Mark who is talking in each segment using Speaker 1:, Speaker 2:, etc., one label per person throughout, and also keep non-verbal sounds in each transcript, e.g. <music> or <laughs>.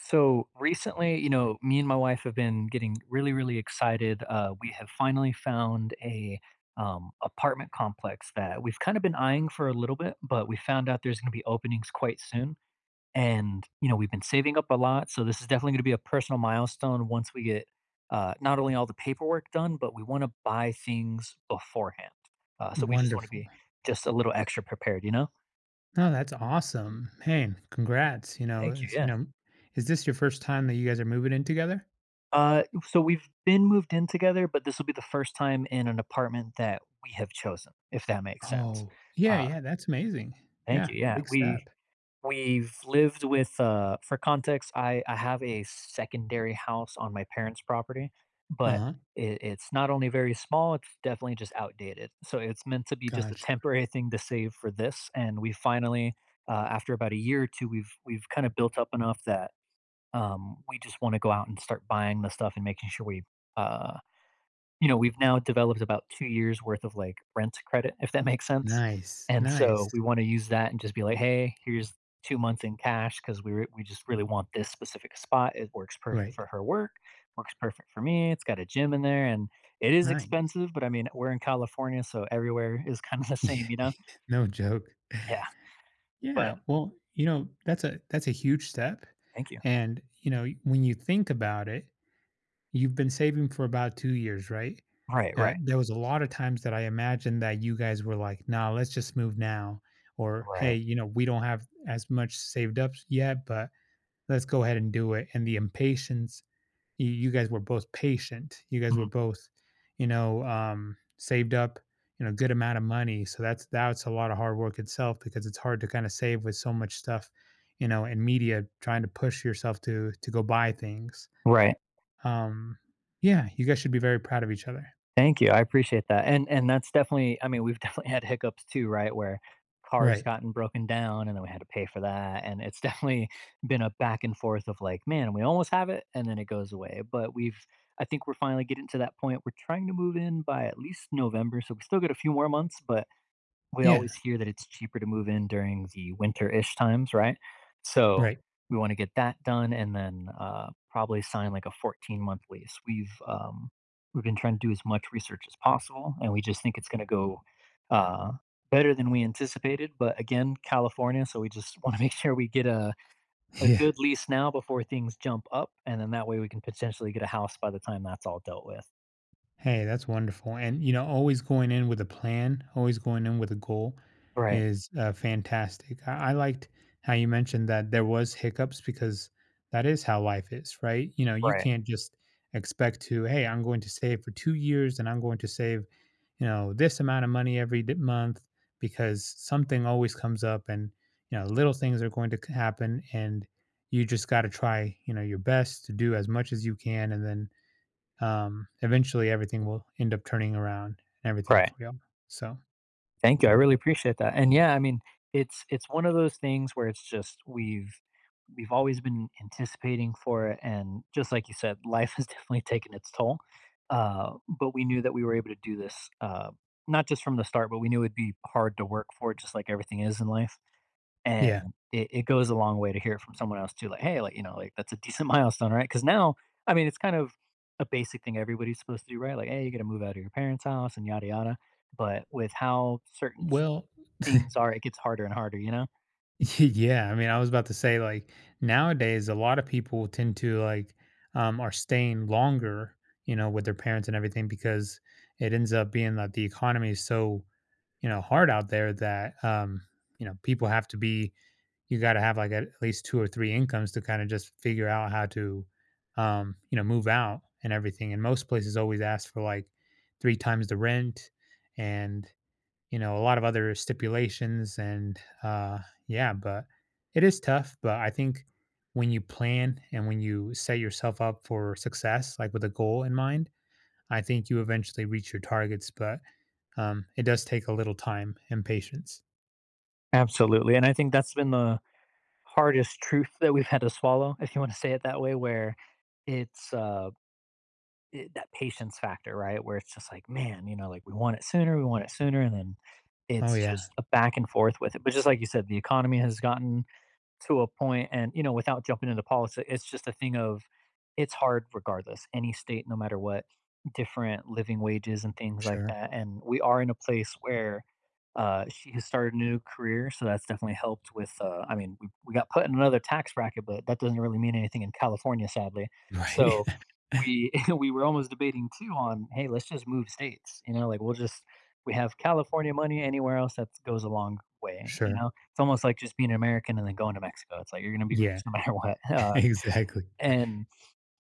Speaker 1: So recently, me and my wife have been getting really, really excited. We have finally found a apartment complex that we've kind of been eyeing for a little bit, but we found out there's going to be openings quite soon. And you know, we've been saving up a lot, so this is definitely going to be a personal milestone once we get not only all the paperwork done, but we want to buy things beforehand. So we just want to
Speaker 2: Wonderful.
Speaker 1: be just a little extra prepared, you know.
Speaker 2: No, that's awesome. Hey, congrats. You know,
Speaker 1: Thank you. Yeah.
Speaker 2: is this your first time that you guys are moving in together?
Speaker 1: So we've been moved in together, but this will be the first time in an apartment that we have chosen, if that makes sense.
Speaker 2: Oh, yeah,
Speaker 1: Uh,
Speaker 2: yeah, that's amazing.
Speaker 1: Thank
Speaker 2: Yeah,
Speaker 1: you. Yeah,
Speaker 2: big
Speaker 1: we
Speaker 2: step.
Speaker 1: we've lived with. For context, I have a secondary house on my parents' property, but
Speaker 2: Uh-huh.
Speaker 1: it's not only very small; it's definitely just outdated. So it's meant to be just a
Speaker 2: Gotcha.
Speaker 1: temporary thing to save for this, and we finally, after about a year or two, we've kind of built up enough that we just wanna go out and start buying the stuff and making sure we, uh you know, we've now developed about 2 years' worth of, like, rent credit, if that makes sense,
Speaker 2: Nice.
Speaker 1: and so
Speaker 2: Nice.
Speaker 1: we wanna use that and just be like, "Hey, here's 2 months in cash because we just really want this specific spot. It works perfect
Speaker 2: Right.
Speaker 1: for her work, works perfect for me, it's got a gym in there," and it is
Speaker 2: Nice. <laughs>
Speaker 1: expensive, but, I mean, we're in California, so everywhere is <laughs> kinda the
Speaker 2: Yeah,
Speaker 1: same, you know?
Speaker 2: no joke.
Speaker 1: Yeah, but
Speaker 2: Yeah. Well, that's a huge step.
Speaker 1: thank you.
Speaker 2: And, when you think about it, you've been saving for about 2 years, right?
Speaker 1: Right, right,
Speaker 2: There was a lot of times that I imagined that you guys were like, "Nah, let's just move now," or "Hey,
Speaker 1: right.
Speaker 2: you know, we don't have as much saved up yet, but let's go ahead and do it." And the impatience, you guys were both patient. You guys were
Speaker 1: Mhm.
Speaker 2: both, saved up, good amount of money. So that's a lot of hard work itself because it's hard to kind of save with so much stuff, and media trying to push yourself to go buy things.
Speaker 1: Right.
Speaker 2: Um, yeah, you guys should be very proud of each other.
Speaker 1: Thank you, I appreciate that, and that's definitely I mean, we've <laughs> definitely had hiccups too, right, where cars
Speaker 2: Right.
Speaker 1: gotten broken down, and then we had to pay for that, and it's <laughs> definitely been a back and forth of like, "Man, we almost have it," and then it goes away, but we've I think we're finally getting to that point, we're trying to move in by at least November, so we still got a few more months, but we
Speaker 2: Yeah.
Speaker 1: always hear that it's cheaper to move in during the winter-ish times, right? So,
Speaker 2: Right.
Speaker 1: we wanna get that done and then, probably sign, like, a 14-month lease. We've been trying to do as much research as possible, and we just think it's gonna go, uh, better than we anticipated, but again, California, so we just <laughs> wanna make sure we get a
Speaker 2: Yeah.
Speaker 1: good lease now before things jump up, and then that way we can potentially get a house by the time that's all dealt with.
Speaker 2: Hey, that's wonderful. And, you know, always going in with a plan, always going in with a goal
Speaker 1: Right,
Speaker 2: is fantastic. I liked how you mentioned that there was hiccups because that is how life is, right? You
Speaker 1: right,
Speaker 2: can't just expect to, hey, I'm going to save for 2 years and I'm going to save, this amount of money every month because something always comes up and, little things are going to happen, and you just got to try, your best to do as much as you can, and then eventually, everything will end up turning around and everything for
Speaker 1: right.
Speaker 2: y'all. So,
Speaker 1: Thank you. I really appreciate that. And yeah, I mean, it's one of those things where it's just we've always been anticipating for it, and just like you said, life has <laughs> definitely taken its toll. Uh, but we knew that we were able to do this, not just from the start, but we knew it'd be hard to work for it, just like everything is in life. And
Speaker 2: yeah.
Speaker 1: it goes a long way to hear it from someone else too, like, "Hey, like, you know, like, that's a decent <laughs> milestone, right?" Because now, I mean, it's kind of a basic thing everybody's supposed to do, right? Like, "Hey, you gotta move out of your parents' house," and yada yada. But with how certain s
Speaker 2: Well, <laughs>
Speaker 1: things are, it gets harder and harder, you know?
Speaker 2: yeah. I mean, I was about to say, like, nowadays, a lot of people tend to, like, are staying longer, with their parents and everything, because it ends up being that the economy is so hard out there that, people have to be, you got to have like at least two or three incomes to kind of just figure out how to move out and everything, and most places always ask for like three times the rent, and a lot of other stipulations, and yeah, but it is tough, but I think when you plan and when you set yourself up for success like with a goal in mind, I think you eventually reach your targets, but it does take a little time and patience.
Speaker 1: Absolutely, and I think that's been the hardest truth that we've had to swallow, if you wanna say it that way, where it's, uh that patience factor, right? Where it's just like, man, you know, like we want it sooner, we want it sooner, and then
Speaker 2: Oh,
Speaker 1: it's
Speaker 2: yeah.
Speaker 1: just a back and forth with it. But just like you said, the economy has gotten to a point and, you know, without jumping into politics, it's just a thing of it's hard regardless, any state, no matter what, different living wages and things like
Speaker 2: Sure. <laughs>
Speaker 1: that. And we are in a place where she has started a new career, so that's definitely helped with. I mean, we got put in another tax bracket, but that doesn't really mean anything in California, sadly.
Speaker 2: Right.
Speaker 1: So
Speaker 2: <laughs>
Speaker 1: we <laughs> we were almost debating too on, hey, let's just move states. You know, like we'll just we have California money anywhere else that goes a long way. You
Speaker 2: Sure.
Speaker 1: know, it's almost like just being an American and then going to Mexico. It's like you're gonna be
Speaker 2: Yeah.
Speaker 1: rich no <laughs> matter what.
Speaker 2: <laughs>
Speaker 1: Uh,
Speaker 2: Exactly.
Speaker 1: and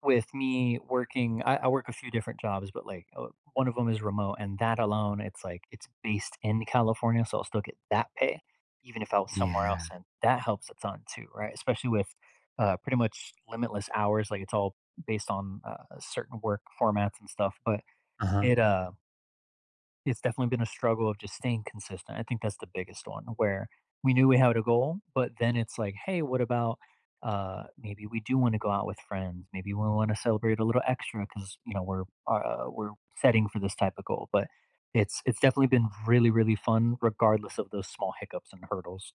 Speaker 1: with me working, I work a few different jobs, but like one of them is remote, and that alone, it's like it's based in California, so I'll still get that pay, even if I was somewhere else,
Speaker 2: Yeah.
Speaker 1: and that helps a ton too, right? Especially with pretty much limitless hours, like it's all based on certain work formats and stuff, but
Speaker 2: Uh-huh.
Speaker 1: it uh it's definitely been a struggle of just staying consistent. I think that's the biggest one where we knew we had a goal, but then it's like, hey, what about maybe we do want to go out with friends. Maybe we want to celebrate a little extra because you know we're setting for this type of goal. But it's definitely been really really fun, regardless of those small hiccups and hurdles.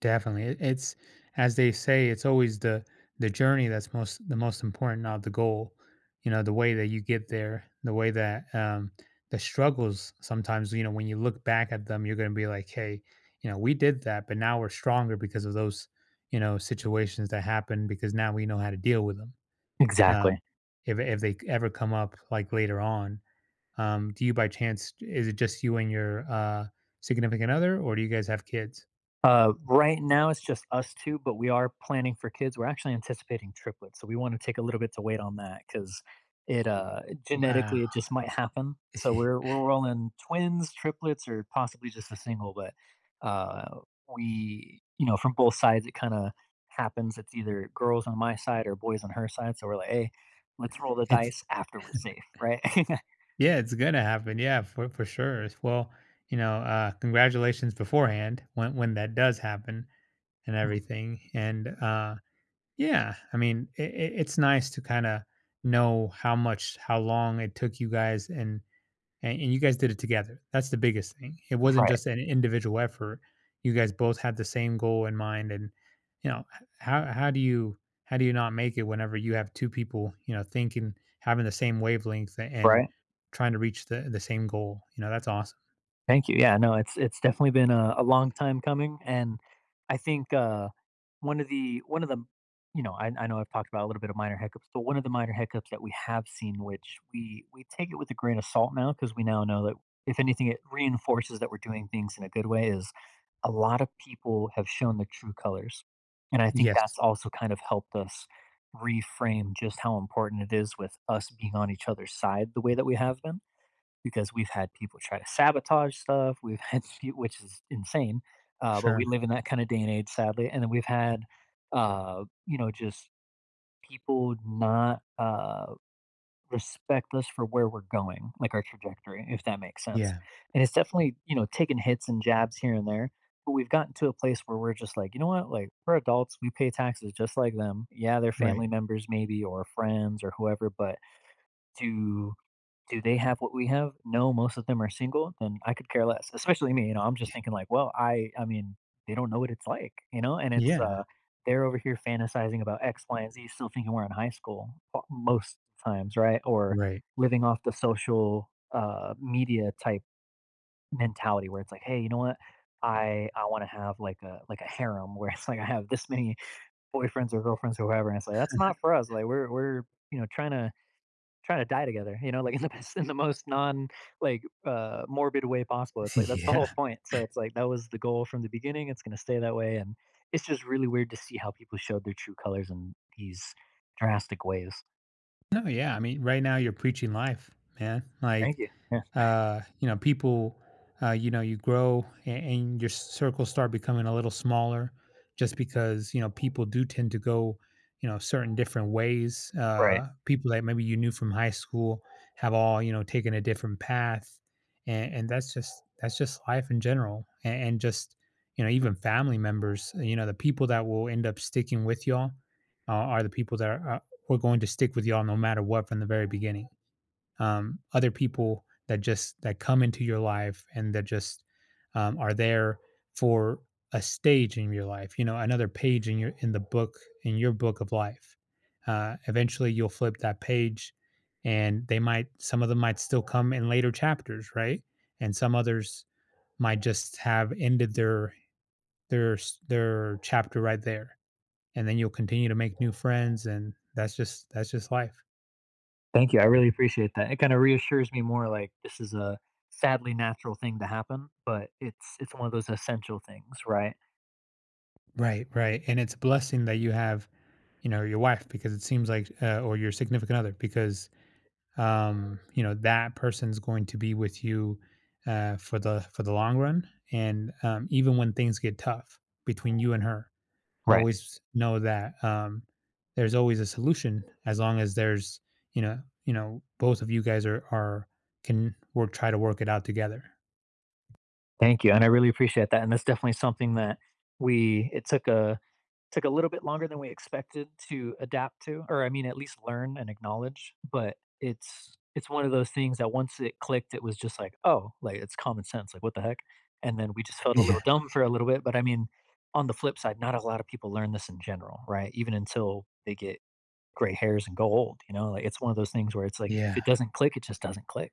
Speaker 2: Definitely. It's as they say, it's always the journey that's most the most important, not the goal. The way that you get there, the way that the struggles sometimes, you know, when you look back at them, you're gonna be like, hey, we did that, but now we're stronger because of those, situations that happened. Because now we know how to deal with them.
Speaker 1: Exactly.
Speaker 2: Um if they ever come up like later on. Do you by chance is it just you and your significant other, or do you guys have kids?
Speaker 1: Right now, it's just us 2, but we are planning for kids. We're actually anticipating triplets, so we wanna take a little bit to wait on that because it, uh
Speaker 2: Wow.
Speaker 1: genetically, it just might happen. So we're rolling twins, triplets, or possibly just a single, but, uh, we you know, from both sides, it kinda happens. It's either girls on my side or boys on her side, so we're like, "Hey, let's roll the
Speaker 2: <laughs> it's.
Speaker 1: dice after we're safe," right? <laughs>
Speaker 2: Yeah, it's gonna happen. Yeah, for sure. Well, congratulations beforehand when that does happen, and everything. And yeah, I mean, it's nice to kind of know how much, how long it took you guys, and and you guys did it together. That's the biggest thing. It wasn't
Speaker 1: Right,
Speaker 2: just an individual effort. You guys both had the same goal in mind, and how do you not make it whenever you have two people thinking, having the same wavelength, and
Speaker 1: right.
Speaker 2: trying to reach the same goal? That's awesome.
Speaker 1: Thank you. Yeah, no, it's definitely been a long time coming, and I think one of the you know I know I've talked about a little bit of minor hiccups, but one of the minor hiccups that we have seen, which we take it with a grain of salt now, because we now know that if anything, it reinforces that we're doing things in a good way. Is a lot of people have shown their true colors, and I think
Speaker 2: Yes,
Speaker 1: that's also kind of helped us reframe just how important it is with us being on each other's side the way that we have been because we've had people try to sabotage stuff. We've had, <laughs> which is insane, but we
Speaker 2: sure,
Speaker 1: live in that kind of day and age, sadly. And then we've had, you know, just people not respect us for where we're going, like our trajectory, if that makes sense.
Speaker 2: yeah,
Speaker 1: And it's definitely, you know, taking hits and jabs here and there. But we've gotten to a place where we're just like, you know what? Like, we're adults. We pay taxes just like them. Yeah, they're
Speaker 2: right,
Speaker 1: family members, maybe, or friends, or whoever. But to do they have what we have? No, most of them are single, then I could care less, especially me, you know, I'm just thinking like, well, I mean, they don't know what it's like, you know, and it's,
Speaker 2: yeah,
Speaker 1: they're over here fantasizing about X, Y, and Z, still thinking we're in high school most times, right? Or
Speaker 2: right,
Speaker 1: living off the social, media type mentality where it's like, hey, you know what? I want to have like a harem where it's like I have this many boyfriends or girlfriends or whoever, and it's like that's not for us. Like we're you know trying to die together, you know, like in the <laughs> best in the most non morbid way possible.
Speaker 2: <laughs>
Speaker 1: It's like that's the
Speaker 2: yeah.
Speaker 1: whole point. So it's like that was the goal from the beginning. It's gonna stay that way. And it's just really weird to see how people showed their true colors in these drastic ways.
Speaker 2: No, yeah. I mean, right now you're preaching life, man. Like,
Speaker 1: Thank you. Yeah.
Speaker 2: people, you grow, and your circles start becoming a little smaller, just because, people do tend to go, certain different ways.
Speaker 1: Right.
Speaker 2: People that maybe you knew from high school have all, taken a different path. And that's just life in general. And just, even family members, the people that will end up sticking with y'all, are the people that we're going to stick with y'all no matter what from the very beginning. Other people that just that come into your life and that just are there for a stage in your life, another page in your book of life. Eventually, you'll flip that page, and they might some of them might still come in later chapters, right? And some others might just have ended their their chapter right there, and then you'll continue to make new friends, and that's just life.
Speaker 1: Thank you. I really appreciate that. It kind of reassures me more like this is a sadly natural thing to happen, but it's one of those essential things, right?
Speaker 2: Right, right. And it's a blessing that you have, your wife, because it seems like, or your significant other, because, that person's going to be with you, for the long run, and even when things get tough between you and her,
Speaker 1: Right.
Speaker 2: always know that there's always a solution as long as there's, you know, both of you guys are can work try to work it out together.
Speaker 1: Thank you. And I really appreciate that. And that's definitely something that we it took a took a little bit longer than we expected to adapt to, or I mean, at least learn and acknowledge, but it's one of those things that once it clicked, it was just like, "Oh, like, it's common sense, like, what the heck?" And then we just felt a little
Speaker 2: Yeah.
Speaker 1: dumb for a little bit, but I mean, on the flip side, not a lot of people learn this in general, right? Even until they get gray hairs and go old, you know? Like, it's one of those things where it's like, if
Speaker 2: Yeah.
Speaker 1: it doesn't click, it just doesn't click.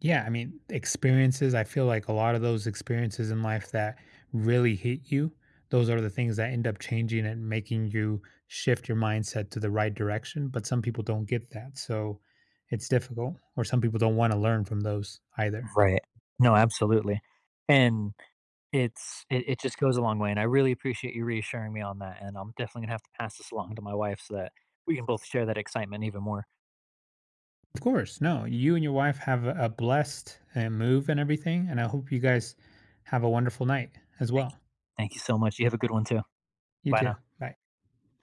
Speaker 2: Yeah, I mean, experiences, I feel like a lot of those experiences in life that really hit you, those are the things that end up changing and making you shift your mindset to the right direction. But some people don't get that. So it's difficult, or some people don't want to learn from those either.
Speaker 1: Right. No, absolutely. And it it just goes a long way, and I really appreciate you reassuring me on that, and I'm definitely gonna have to pass this along to my wife so that we can both share that excitement even more.
Speaker 2: Of course, no, you and your wife have a blessed move and everything. And I
Speaker 1: Mhm,
Speaker 2: hope you guys have a wonderful night as
Speaker 1: thank
Speaker 2: well.
Speaker 1: you. Thank you so much. You have a good one too.
Speaker 2: You
Speaker 1: Bye
Speaker 2: too.
Speaker 1: now.
Speaker 2: Bye.